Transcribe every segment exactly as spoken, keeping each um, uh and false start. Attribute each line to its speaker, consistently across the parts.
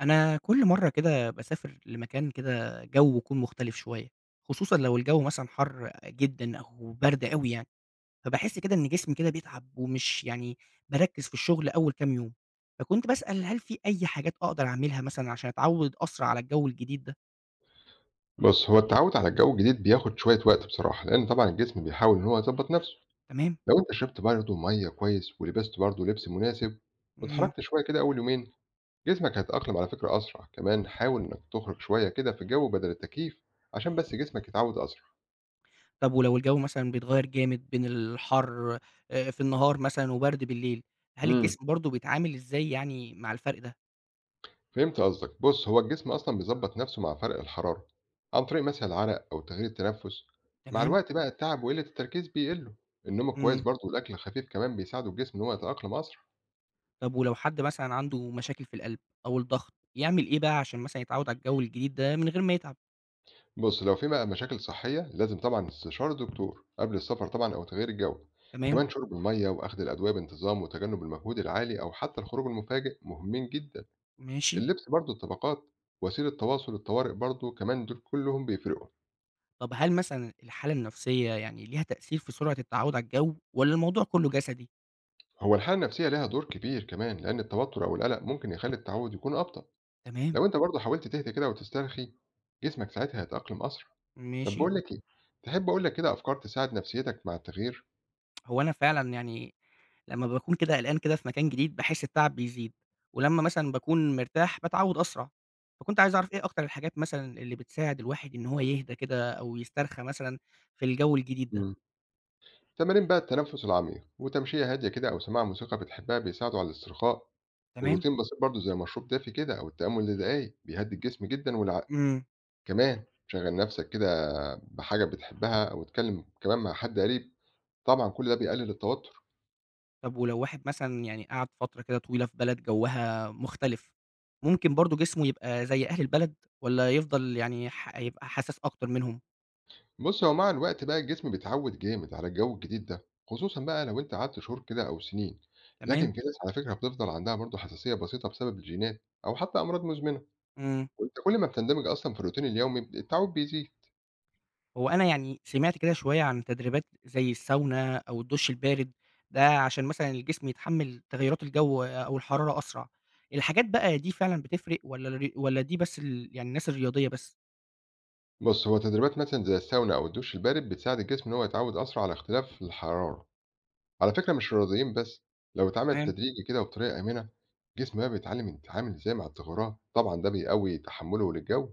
Speaker 1: أنا كل مرّة كده باسافر لمكان كده جَوّه يكون مختلف شوية، خصوصًا لو الجَو مثلًا حَر جدًا أو برد أوي يعني، فباحس كده إن جسمي كده بيتعب ومش يعني باركّز في الشغل أول كام يوم، فكنت باسأل هل في أي حاجات أقدر أعملها مثلًا عشان أتعوّد أسرع على الجَو الجديد ده؟
Speaker 2: بُص، هو التعوّد على الجو الجديد بياخد شوية وقت بصراحة، لإن طبعًا الجسم بيحاول إن هو يضبّط نَفْسه.
Speaker 1: تمام،
Speaker 2: لو أنت شربت برضه مَيّة كويس ولبست برضه لبس مناسب
Speaker 1: إمم،
Speaker 2: واتحركت شوية كده أول يومين، جسمك هيتأقلم على فكرة أسرع. كمان حاول إنّك تخرج شوية كده في الجو بدل التكييف عشان بس جسمك يتعوّد أسرع.
Speaker 1: طَب ولو الجَو مثلًا بيتغيّر جامد بين الحَر آآ في النهار مثلًا وبرد بالليل، هل
Speaker 2: إمم.
Speaker 1: الجسم برضه بيتعامل إزاي يعني مع الفرق ده؟
Speaker 2: فهمت قصدك. بُص هو الجسم أصلًا بيضبّط نَفْسه مع فرق الحرارة عن طريق مثلًا العرق أو تغيير التنفس. مع
Speaker 1: تمام،
Speaker 2: الوقت بقى التعب وقلة التركيز بيقلّوا، النوم الكويس
Speaker 1: إمم.
Speaker 2: برضه والأكل الخفيف كمان بيساعدوا الجسم إن هو يتأقلم أسرع.
Speaker 1: طب ولو حد مثلًا عنده مشاكل في القلب أو الضغط، يعمل إيه بقى عشان مثلًا يتعود على الجو الجديد ده من غير ما يتعب؟
Speaker 2: بُص، لو في بقى مشاكل صحية لازم طبعًا استشارة دكتور قبل السفر طبعًا أو تغيير الجو.
Speaker 1: تمام،
Speaker 2: كمان شرب المَيّة وأخد الأدوية بانتظام وتجنب المجهود العالي أو حتى الخروج المفاجئ مهمين جدًا.
Speaker 1: ماشي.
Speaker 2: اللبس برضه الطبقات، وسيلة تواصل الطوارئ برضه كمان دول كلّهم بيفرقوا.
Speaker 1: طب هل مثلًا الحالة النفسية يعني ليها تأثير في سرعة التعود على الجو والّا الموضوع كله جسدي؟
Speaker 2: هو الحالة النفسية ليها دور كبير كمان لأن التوتر أو القلق ممكن يخلّي التعوّد يكون أبطأ.
Speaker 1: تمام،
Speaker 2: لو أنت برضه حاولت تهدى كده وتسترخي جسمك ساعتها هيتأقلم أسرع. طَب
Speaker 1: ماشي.
Speaker 2: باقول لك إيه، تحب أقول لك كده أفكار تساعد نفسيتك مع التغيير؟
Speaker 1: هو أنا فعلًا يعني لمّا باكون كده قلقان كده في مكان جديد باحس التعب بيزيد، ولمّا مثلًا باكون مرتاح باتعود أسرع، فكنت عايز أعرف إيه أكتر الحاجات مثلًا اللي بتساعد الواحد إن هو يهدى كده أو يسترخى مثلًا في الجو الجديد ده؟
Speaker 2: إمم. تمارين بقى التنفس العميق وتمشية هادية كده أو سماع موسيقى بتحبها بيساعدوا على الاسترخاء،
Speaker 1: تمام؟
Speaker 2: وروتين بسيط برضه زي مشروب دافي كده أو التأمل لدقايق بيهدي الجسم جدا والعقل.
Speaker 1: إمم.
Speaker 2: كمان شغل نفسك كده بحاجة بتحبها أو اتكلم كمان مع حد قريب، طبعا كل ده بيقلل التوتر.
Speaker 1: طب ولو واحد مثلًا يعني قعد فترة كده طويلة في بلد جوّها مختلف، ممكن برضه جسمه يبقى زي أهل البلد والّا يفضل يعني ح يبقى حساس أكتر منهم؟
Speaker 2: بص هو مع الوقت بقى الجسم بيتعود جامد على الجو الجديد ده، خصوصا بقى لو انت قعدت شهور كده أو سنين. لكن
Speaker 1: تمام،
Speaker 2: في ناس على فكرة بتفضل عندها برضه حساسية بسيطة بسبب الجينات أو حتى أمراض مزمنة.
Speaker 1: إمم.
Speaker 2: وانت كل ما بتندمج أصلا في الروتين اليومي التعود بيزيد.
Speaker 1: هو أنا يعني سمعت كده شوية عن تدريبات زي الساونا أو الدُش البارد، ده عشان مثلًا الجسم يتحمّل تغيرات الجو أو الحرارة أسرع. الحاجات بقى دي فعلًا بتفرق والّا الر والّا دي بس ال يعني الناس الرياضية بس؟
Speaker 2: بُص، هو تدريبات مثلًا زي الساونا أو الدُّش البارد بتساعد الجسم إن هو يتعوّد أسرع على اختلاف الحرارة. على فكرة مش الرياضيين بس، لو اتعملت تدريجي كده وبطريقة آمنة، الجسم بقى بيتعلّم يتعامل إزاي مع التغيرات، طبعًا ده بيقوّي تحمُّله للجو.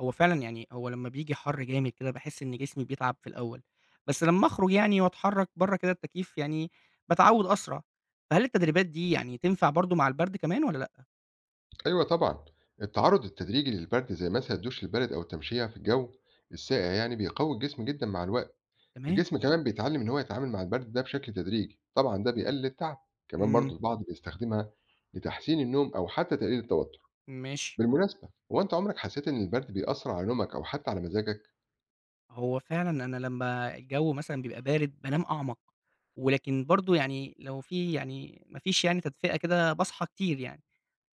Speaker 1: هو فعلًا يعني هو لمّا بييجي حَر جامد كده باحس إن جسمي بيتعب في الأول، بس لمّا أخرج يعني وأتحرّك برّه كده التكييف يعني باتعوّد أسرع، فهل التدريبات دي يعني تنفع برضه مع البرد كمان والّا لأ؟
Speaker 2: أيوه طبعًا، التعرُّض التدريجي للبرد زي مثلًا الدُّش البارد أو التمشية في الجو الساقع يعني بيقوّي الجسم جدًا مع الوقت.
Speaker 1: تمام،
Speaker 2: الجسم كمان بيتعلّم إن هو يتعامل مع البرد ده بشكل تدريجي، طبعًا ده بيقلل التعب. كمان
Speaker 1: إمم،
Speaker 2: برضه البعض بيستخدمها لتحسين النوم أو حتى تقليل التوتُّر.
Speaker 1: ماشي.
Speaker 2: بالمناسبة هو أنت عمرك حسيت إن البرد بيأثر على نومك أو حتى على مزاجك؟
Speaker 1: هو فعلًا أنا لمّا الجو مثلًا بيبقى بارد بانام أعمق، ولكن برضه يعني لو في يعني ما فيش يعني تدفئة كده باصحى كتير يعني،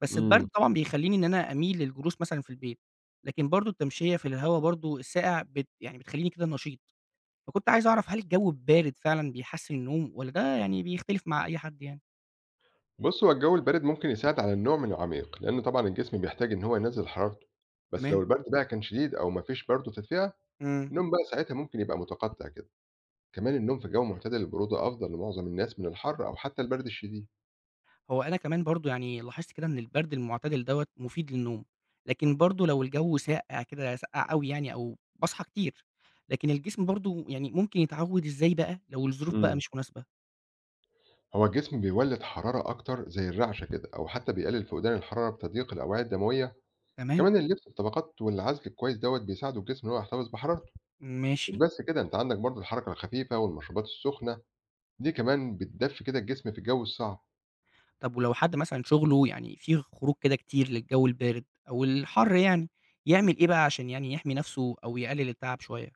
Speaker 1: بس
Speaker 2: امم
Speaker 1: البرد طبعًا بيخلّيني إن أنا أميل للجلوس مثلًا في البيت، لكن برضه التمشية في الهوا برضه الساقع بت يعني بتخلّيني كده نشيط. فكنت عايز أعرف هل الجو البارد فعلًا بيحسّن النوم والّا ده يعني بيختلف مع أي حد يعني؟
Speaker 2: بص هو الجو البارد ممكن يساعد على النوع من العميق لأن طبعا الجسم بيحتاج إن هو ينزل حرارته. بس لو
Speaker 1: تمام،
Speaker 2: البرد بقى كان شديد أو مفيش برد وتدفئة،
Speaker 1: إمم.
Speaker 2: النوم بقى ساعتها ممكن يبقى متقطع كده. كمان النوم في جو معتدل البرودة أفضل لمعظم الناس من الحر أو حتى البرد الشديد.
Speaker 1: هو أنا كمان برضه يعني لاحظت كده إن البرد المعتدل دوّة مفيد للنوم، لكن برضه لو الجو ساقع كده ساقع أوي يعني أو باصحى كتير، لكن الجسم برضه يعني ممكن يتعوّد إزاي بقى لو الظروف بقى
Speaker 2: امم
Speaker 1: مش مناسبة؟
Speaker 2: هو الجسم بيولد حرارة أكتر زي الرعشة كده، أو حتى بيقلل فقدان الحرارة بتضييق الأوعية الدموية.
Speaker 1: تمام،
Speaker 2: كمان اللبس بطبقات والعزل الكويس دوت بيساعدوا الجسم إن هو يحتفظ بحرارته. مش
Speaker 1: ماشي.
Speaker 2: بس كده، انت عندك برضو الحركة الخفيفة والمشروبات السخنة دي كمان بتدفي كده الجسم في الجو الصعب.
Speaker 1: طب ولو حد مثلًا شغله يعني فيه خروج كده كتير للجو البارد أو الحَر يعني، يعمل إيه بقى عشان يعني يحمي نَفْسه أو يقلل التعب شوية؟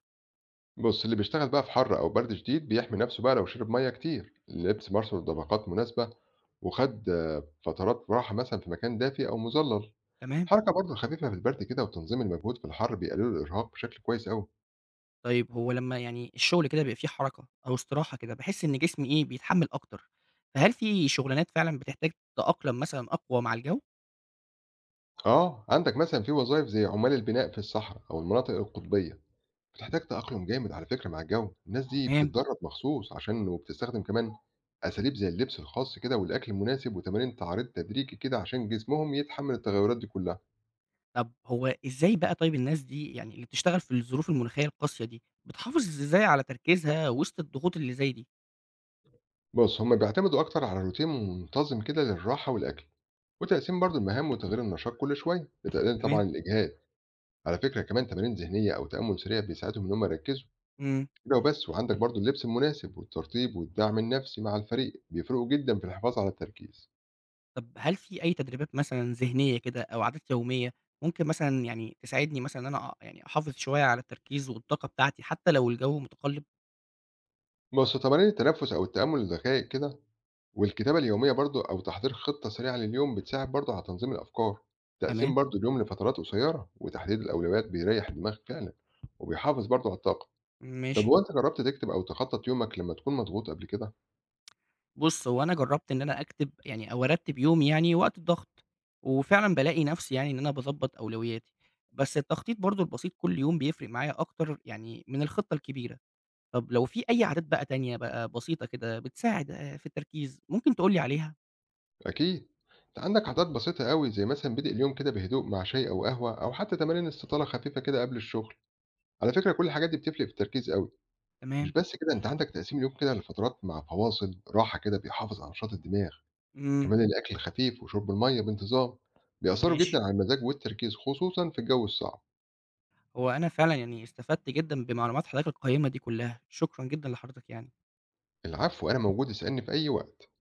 Speaker 2: بص اللي بيشتغل بقى في حر او برد شديد بيحمي نفسه بقى لو شرب ميه كتير، لبس برضه طبقات مناسبة، وخد آه، فترات راحة مثلا في مكان دافي او مظلل.
Speaker 1: تمام.
Speaker 2: حركة برضه خفيفة في البرد كده وتنظيم المجهود في الحر بيقللوا الارهاق بشكل كويس قوي.
Speaker 1: طيب هو لمّا يعني الشغل كده بيبقى فيه حركة أو استراحة كده، باحس إن جسمي إيه، بيتحمّل أكتر، فهل في شغلانات فعلًا بتحتاج تأقلم مثلًا أقوى مع الجو؟
Speaker 2: اه عندك مثلا في وظائف زي عمال البناء في الصحراء او المناطق القطبية بتحتاج تأقلم جامد على فكرة مع الجو. الناس دي آه.
Speaker 1: تمام.
Speaker 2: بتتدرب مخصوص عشان، وبتستخدم كمان أساليب زي اللبس الخاص كده والأكل المناسب وتمارين تعريض تدريجي كده عشان جسمهم يتحمل التغيرات دي كلها.
Speaker 1: طب هو إزاي بقى طيب الناس دي يعني اللي بتشتغل في الظروف المناخية القاسية دي، بتحافظ إزاي على تركيزها وسط الضغوط اللي زي دي؟
Speaker 2: بص هما بيعتمدوا أكتر على روتين منتظم كده للراحة والأكل، وتقسيم برضو المهام وتغيير النشاط كل شوية لتقليل طبعا
Speaker 1: تمام،
Speaker 2: الإجهاد. على فكرة كمان تمارين ذهنية أو تأمل سريع بيساعدهم إن هما يركزوا
Speaker 1: إمم.
Speaker 2: كده وبس. وعندك برضو اللبس المناسب والترطيب والدعم النفسي مع الفريق بيفرقوا جدا في الحفاظ على التركيز.
Speaker 1: طب هل في أي تدريبات مثلًا ذهنية كده أو عادات يومية ممكن مثلًا يعني تساعدني مثلًا إن أنا أ يعني أحافظ شوية على التركيز والطاقة بتاعتي حتى لو الجو متقلب؟
Speaker 2: بص تمارين التنفس أو التأمل الدقائق كده والكتابة اليومية برضه أو تحضير خطة سريعة لليوم بتساعد برضه على تنظيم الأفكار. تقسيم
Speaker 1: تمام،
Speaker 2: برضه اليوم لفترات قصيرة وتحديد الأولويات بيريح الدماغ فعلا وبيحافظ برضه على الطاقة. طب
Speaker 1: ماشي.
Speaker 2: هو أنت جربت تكتب أو تخطط يومك لما تكون مضغوط قبل كده؟
Speaker 1: بُص، هو أنا جرّبت إن أنا أكتب يعني أو أرتّب يومي يعني وقت الضغط، وفعلًا بالاقي نفسي يعني إن أنا باضبّط أولوياتي، بس التخطيط برضه البسيط كل يوم بيفرق معايا أكتر يعني من الخطة الكبيرة. طب لو في أي عادات بقى تانية بقى بسيطة كده بتساعد آآ في التركيز، ممكن تقول لي عليها؟
Speaker 2: أكيد. أنت عندك عادات بسيطة قوي زي مثلا بدء اليوم كده بهدوء مع شاي أو قهوة أو حتى تمارين استطالة خفيفة كده قبل الشغل. على فكرة كل الحاجات دي بتفرق في التركيز قوي. مش
Speaker 1: تمام.
Speaker 2: بس كده، أنت عندك تقسيم اليوم كده لفترات مع فواصل راحة كده بيحافظ على نشاط الدماغ.
Speaker 1: إمم،
Speaker 2: كمان الأكل الخفيف وشرب المية بانتظام بيأثروا
Speaker 1: ماشي.
Speaker 2: جدا على المزاج والتركيز خصوصا في الجو الصعب.
Speaker 1: هو أنا فعلًا يعني استفدت جدًا بمعلومات حضرتك القيّمة دي كلّها، شكرًا جدًا لحضرتك يعني.
Speaker 2: العفو، أنا موجود اسألني في أي وقت.